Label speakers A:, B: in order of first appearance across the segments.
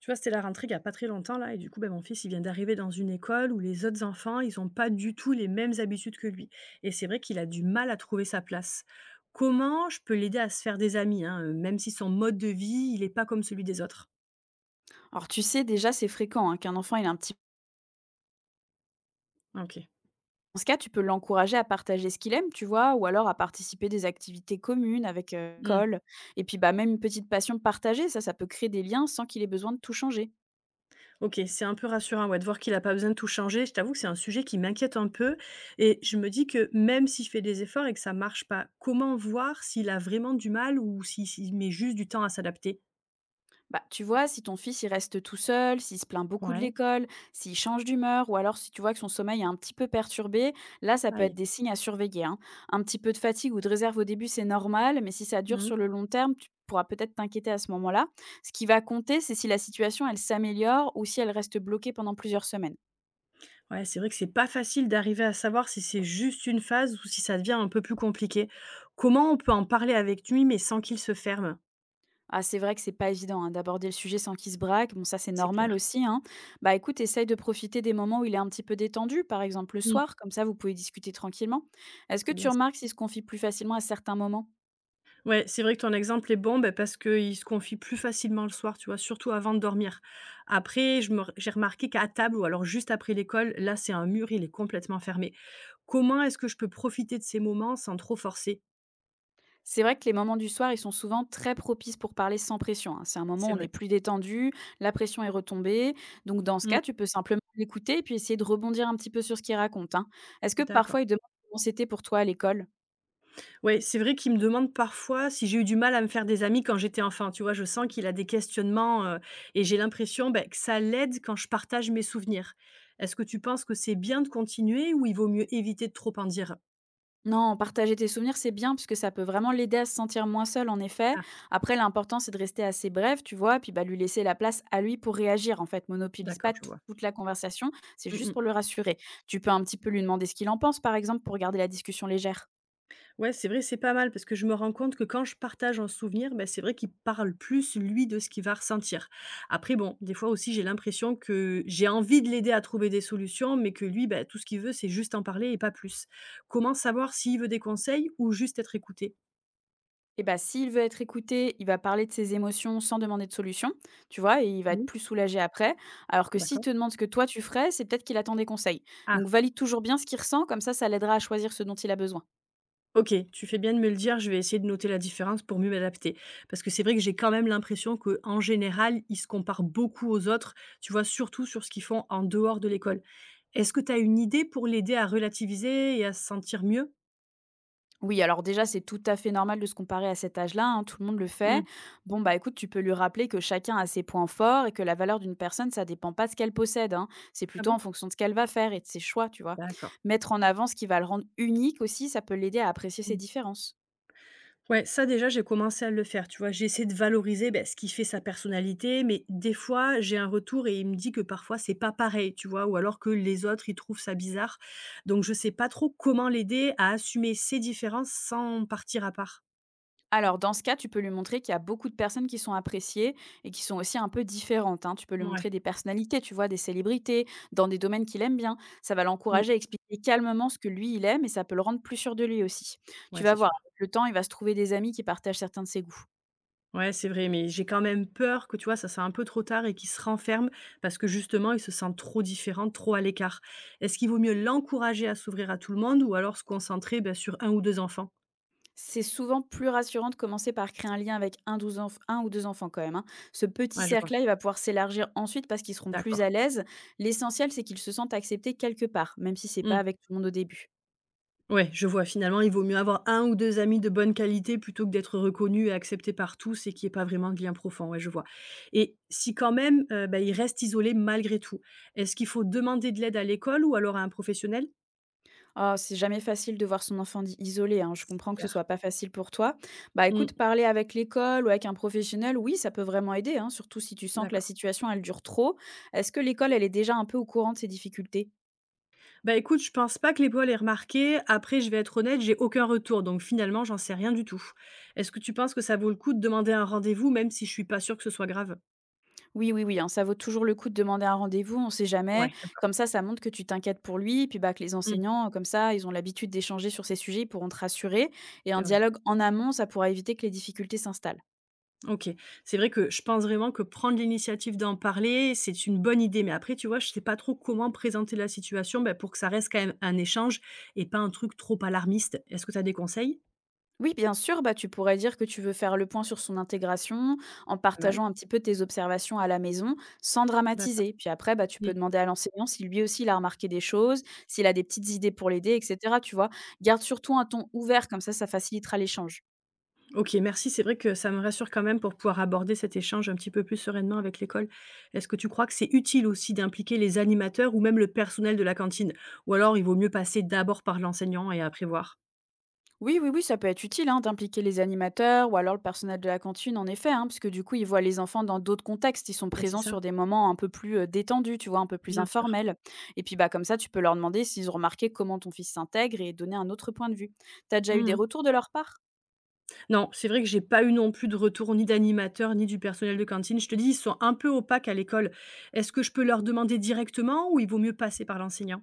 A: Tu vois, c'était la rentrée il y a pas très longtemps là et du coup, ben, mon fils, il vient d'arriver dans une école où les autres enfants, ils ont pas du tout les mêmes habitudes que lui et c'est vrai qu'il a du mal à trouver sa place. Comment je peux l'aider à se faire des amis, hein, même si son mode de vie, il est pas comme celui des autres?
B: Alors tu sais, déjà, c'est fréquent hein, qu'un enfant il a un petit
A: OK.
B: dans ce cas, tu peux l'encourager à partager ce qu'il aime, tu vois, ou alors à participer à des activités communes avec
A: Mmh.
B: l'école. Et puis, bah, même une petite passion partagée, ça peut créer des liens sans qu'il ait besoin de tout changer.
A: OK, c'est un peu rassurant, ouais, de voir qu'il a pas besoin de tout changer. Je t'avoue que c'est un sujet qui m'inquiète un peu et je me dis que même s'il fait des efforts et que ça marche pas, comment voir s'il a vraiment du mal ou si s'il met juste du temps à s'adapter?
B: Bah, tu vois, si ton fils il reste tout seul, s'il se plaint beaucoup de
A: Ouais,
B: l'école, s'il change d'humeur, ou alors si tu vois que son sommeil est un petit peu perturbé, là, ça peut
A: aïe.
B: être des signes à surveiller, hein. Un petit peu de fatigue ou de réserve au début, c'est normal, mais si ça dure
A: Mmh.
B: sur le long terme, tu pourras peut-être t'inquiéter à ce moment-là. Ce qui va compter, c'est si la situation, elle s'améliore ou si elle reste bloquée pendant plusieurs semaines.
A: Ouais, c'est vrai que c'est pas facile d'arriver à savoir si c'est juste une phase ou si ça devient un peu plus compliqué. Comment on peut en parler avec lui, mais sans qu'il se ferme?
B: Ah, c'est vrai que c'est pas évident, hein, d'aborder le sujet sans qu'il se braque. Bon, ça, c'est
A: C'est
B: normal
A: clair.
B: aussi, hein. Bah, écoute, essaye de profiter des moments où il est un petit peu détendu, par exemple le
A: Mmh,
B: soir, comme ça, vous pouvez discuter tranquillement. Est-ce que
A: c'est
B: tu
A: bien ça.
B: remarques s'il se confie plus facilement à certains moments?
A: Ouais, c'est vrai que ton exemple est bon, ben parce qu'il se confie plus facilement le soir, tu vois, surtout avant de dormir. Après, je me j'ai remarqué qu'à table ou alors juste après l'école, là, c'est un mur, il est complètement fermé. Comment est-ce que je peux profiter de ces moments sans trop forcer?
B: C'est vrai que les moments du soir, ils sont souvent très propices pour parler sans pression, hein. C'est un moment
A: C'est
B: où on
A: vrai.
B: est plus détendu, la pression est retombée. Donc, dans ce
A: Mmh,
B: cas, tu peux simplement l'écouter et puis essayer de rebondir un petit peu sur ce qu'il raconte, hein. Est-ce que
A: d'accord.
B: parfois il demande comment c'était pour toi à l'école?
A: Ouais, c'est vrai qu'il me demande parfois si j'ai eu du mal à me faire des amis quand j'étais enfant, tu vois? Je sens qu'il a des questionnements, et j'ai l'impression, beh, que ça l'aide quand je partage mes souvenirs. Est-ce que tu penses que c'est bien de continuer ou il vaut mieux éviter de trop en dire?
B: Non, partager tes souvenirs, c'est bien puisque ça peut vraiment l'aider à se sentir moins seul, en effet.
A: Ah,
B: Après, l'important, c'est de rester assez bref, tu vois, puis bah, lui laisser la place à lui pour réagir. En fait, monopolise
A: d'accord,
B: pas
A: je vois.
B: toute la conversation, c'est
A: Mmh
B: juste
A: mh.
B: pour le rassurer. Tu peux un petit peu lui demander ce qu'il en pense, par exemple, pour garder la discussion légère.
A: Ouais, c'est vrai, c'est pas mal parce que je me rends compte que quand je partage un souvenir, ben, c'est vrai qu'il parle plus, lui, de ce qu'il va ressentir. Après, bon, des fois aussi, j'ai l'impression que j'ai envie de l'aider à trouver des solutions, mais que lui, ben, tout ce qu'il veut, c'est juste en parler et pas plus. Comment savoir s'il veut des conseils ou juste être écouté.
B: Et bah, s'il veut être écouté, il va parler de ses émotions sans demander de solution, tu vois, et il va être
A: Mhm.
B: plus soulagé après. Alors que s'il
A: D'accord.
B: te demande ce que toi tu ferais, c'est peut-être qu'il attend des conseils.
A: Ah,
B: Donc valide toujours bien ce qu'il ressent, comme ça l'aidera à choisir ce dont il a besoin.
A: OK, tu fais bien de me le dire, je vais essayer de noter la différence pour mieux m'adapter. Parce que c'est vrai que j'ai quand même l'impression que, en général, ils se comparent beaucoup aux autres, tu vois, surtout sur ce qu'ils font en dehors de l'école. Est-ce que tu as une idée pour l'aider à relativiser et à se sentir mieux?
B: Oui, alors déjà, c'est tout à fait normal de se comparer à cet âge-là, hein, tout le monde le fait.
A: Mmh.
B: Bon, bah écoute, tu peux lui rappeler que chacun a ses points forts et que la valeur d'une personne, ça dépend pas de ce qu'elle possède, hein. C'est
A: Ah
B: plutôt en
A: bon?
B: fonction de ce qu'elle va faire et de ses choix, tu vois.
A: D'accord.
B: Mettre en avant ce qui va le rendre unique aussi, ça peut l'aider à apprécier ses différences.
A: Ouais, ça déjà, j'ai commencé à le faire, tu vois? J'ai essayé de valoriser, beh, ce qui fait sa personnalité, mais des fois, j'ai un retour et il me dit que parfois c'est pas pareil, tu vois? Ou alors que les autres, ils trouvent ça bizarre. Donc je sais pas trop comment l'aider à assumer ses différences sans partir à part.
B: Alors, dans ce cas, tu peux lui montrer qu'il y a beaucoup de personnes qui sont appréciées et qui sont aussi un peu différentes, hein. Tu peux lui montrer
A: Ouais.
B: des personnalités, tu vois, des célébrités, dans des domaines qu'il aime bien. Ça va
A: Mmh.
B: l'encourager à expliquer calmement ce que lui, il aime et ça peut le rendre plus sûr de lui aussi. Tu
A: Ouais,
B: vas
A: c'est
B: voir,
A: sûr.
B: avec le temps, il va se trouver des amis qui partagent certains de ses goûts.
A: Ouais, c'est vrai, mais j'ai quand même peur que, tu vois, ça soit un peu trop tard et qu'il se renferme parce que justement, il se sent trop différent, trop à l'écart. Est-ce qu'il vaut mieux l'encourager à s'ouvrir à tout le monde ou alors se concentrer, bah, sur un ou 2 enfants?
B: C'est souvent plus rassurant de commencer par créer un lien avec un ou deux enfants quand même, hein. Ce petit
A: Ouais, je vois.
B: cercle-là, il va pouvoir s'élargir ensuite parce qu'ils seront plus
A: D'accord.
B: à l'aise. L'essentiel, c'est qu'ils se sentent acceptés quelque part, même si c'est pas
A: Mmh.
B: avec tout le monde au début.
A: Ouais, je vois. Finalement, il vaut mieux avoir un ou 2 amis de bonne qualité plutôt que d'être reconnu et accepté par tous et qu'il y ait pas vraiment de lien profond, ouais, je vois. Et si quand même, bah, ils restent isolés malgré tout, est-ce qu'il faut demander de l'aide à l'école ou alors à un professionnel?
B: Oh, c'est jamais facile de voir son enfant isolé, hein. Je
A: C'est
B: comprends que ce soit
A: clair.
B: pas facile pour toi. Bah
A: Mmh,
B: écoute, parler avec l'école ou avec un professionnel, oui, ça peut vraiment aider, hein, surtout si tu sens que la
A: d'accord.
B: situation, elle dure trop. Est-ce que l'école, elle est déjà un peu au courant de ces difficultés?
A: Bah, écoute, je pense pas que l'épaule ait remarqué. Après, je vais être honnête, j'ai aucun retour, donc finalement, j'en sais rien du tout. Est-ce que tu penses que ça vaut le coup de demander un rendez-vous même si je suis pas sûre que ce soit grave?
B: Oui, oui, oui, hein, ça vaut toujours le coup de demander un rendez-vous, on sait jamais.
A: Ouais, d'accord.
B: Comme ça montre que tu t'inquiètes pour lui, puis bah que les
A: Mmh,
B: enseignants, comme ça, ils ont l'habitude d'échanger sur ces sujets, ils pourront te rassurer. Et
A: c'est
B: un
A: vrai.
B: dialogue en amont, ça pourra éviter que les difficultés s'installent.
A: OK. C'est vrai que je pense vraiment que prendre l'initiative d'en parler, c'est une bonne idée. Mais après, tu vois, je sais pas trop comment présenter la situation, bah, pour que ça reste quand même un échange et pas un truc trop alarmiste. Est-ce que tu as des conseils?
B: Oui, bien sûr, bah, tu pourrais dire que tu veux faire le point sur son intégration en
A: Pas mal,
B: partageant un petit peu tes observations à la maison sans
A: d'accord.
B: dramatiser. Puis après, bah, tu peux
A: Mmh.
B: demander à l'enseignant si lui aussi il a remarqué des choses, s'il a des petites idées pour l'aider, etc. Tu vois, garde surtout un ton ouvert, comme ça facilitera l'échange.
A: OK, merci. C'est vrai que ça me rassure quand même pour pouvoir aborder cet échange un petit peu plus sereinement avec l'école. Est-ce que tu crois que c'est utile aussi d'impliquer les animateurs ou même le personnel de la cantine? Ou alors il vaut mieux passer d'abord par l'enseignant et après voir?
B: Oui, oui, oui, ça peut être utile hein, d'impliquer les animateurs ou alors le personnel de la cantine, en effet, hein, parce que du coup, ils voient les enfants dans d'autres contextes, ils sont
A: Bah, c'est
B: présents
A: ça,
B: sur des moments un peu plus détendus, tu vois, un peu plus
A: bien sûr.
B: informels. Et puis, bah, comme ça, tu peux leur demander s'ils ont remarqué comment ton fils s'intègre et donner un autre point de vue. T'as déjà eu des
A: Mmh.
B: retours de leur part?
A: Non, c'est vrai que j'ai pas eu non plus de retour ni d'animateur ni du personnel de cantine. Je te dis, ils sont un peu opaques à l'école. Est-ce que je peux leur demander directement ou il vaut mieux passer par l'enseignant?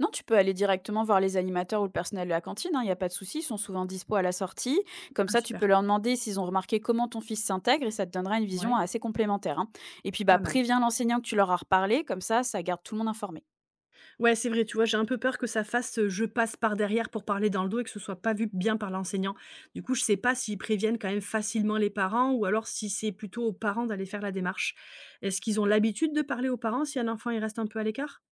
B: Non, tu peux aller directement voir les animateurs ou le personnel de la cantine, hein, il n'y a pas de souci, ils sont souvent dispo à la sortie. Comme
A: Ah
B: ça, tu
A: super.
B: peux leur demander s'ils ont remarqué comment ton fils s'intègre et ça te donnera une vision
A: Ouais,
B: assez complémentaire, hein. Et puis, bah,
A: pas mal.
B: préviens l'enseignant que tu leur as reparlé, comme ça garde tout le monde informé.
A: Ouais, c'est vrai, tu vois, j'ai un peu peur que ça fasse, je passe par derrière pour parler dans le dos et que ce soit pas vu bien par l'enseignant. Du coup, je sais pas s'ils préviennent quand même facilement les parents ou alors si c'est plutôt aux parents d'aller faire la démarche. Est-ce qu'ils ont l'habitude de parler aux parents si un enfant, il reste un peu à l'écart?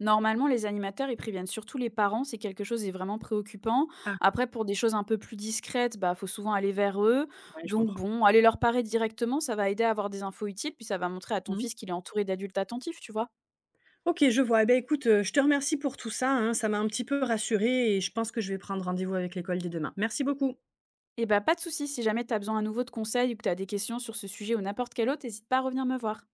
B: Normalement, les animateurs, ils préviennent surtout les parents si quelque chose est vraiment préoccupant.
A: Ah,
B: Après, pour des choses un peu plus discrètes, bah, faut souvent aller vers eux.
A: ouais, je
B: Donc
A: comprends.
B: bon, aller leur parler directement, ça va aider à avoir des infos utiles, puis ça va montrer à ton
A: Mmh.
B: fils qu'il est entouré d'adultes attentifs, tu vois.
A: OK, je vois. Eh ben, écoute, je te remercie pour tout ça, hein. Ça m'a un petit peu rassurée et je pense que je vais prendre rendez-vous avec l'école dès demain. Merci beaucoup.
B: Et bah, pas de souci, si jamais t'as besoin à nouveau de conseils ou que t'as des questions sur ce sujet ou n'importe quel autre, n'hésite pas à revenir me voir.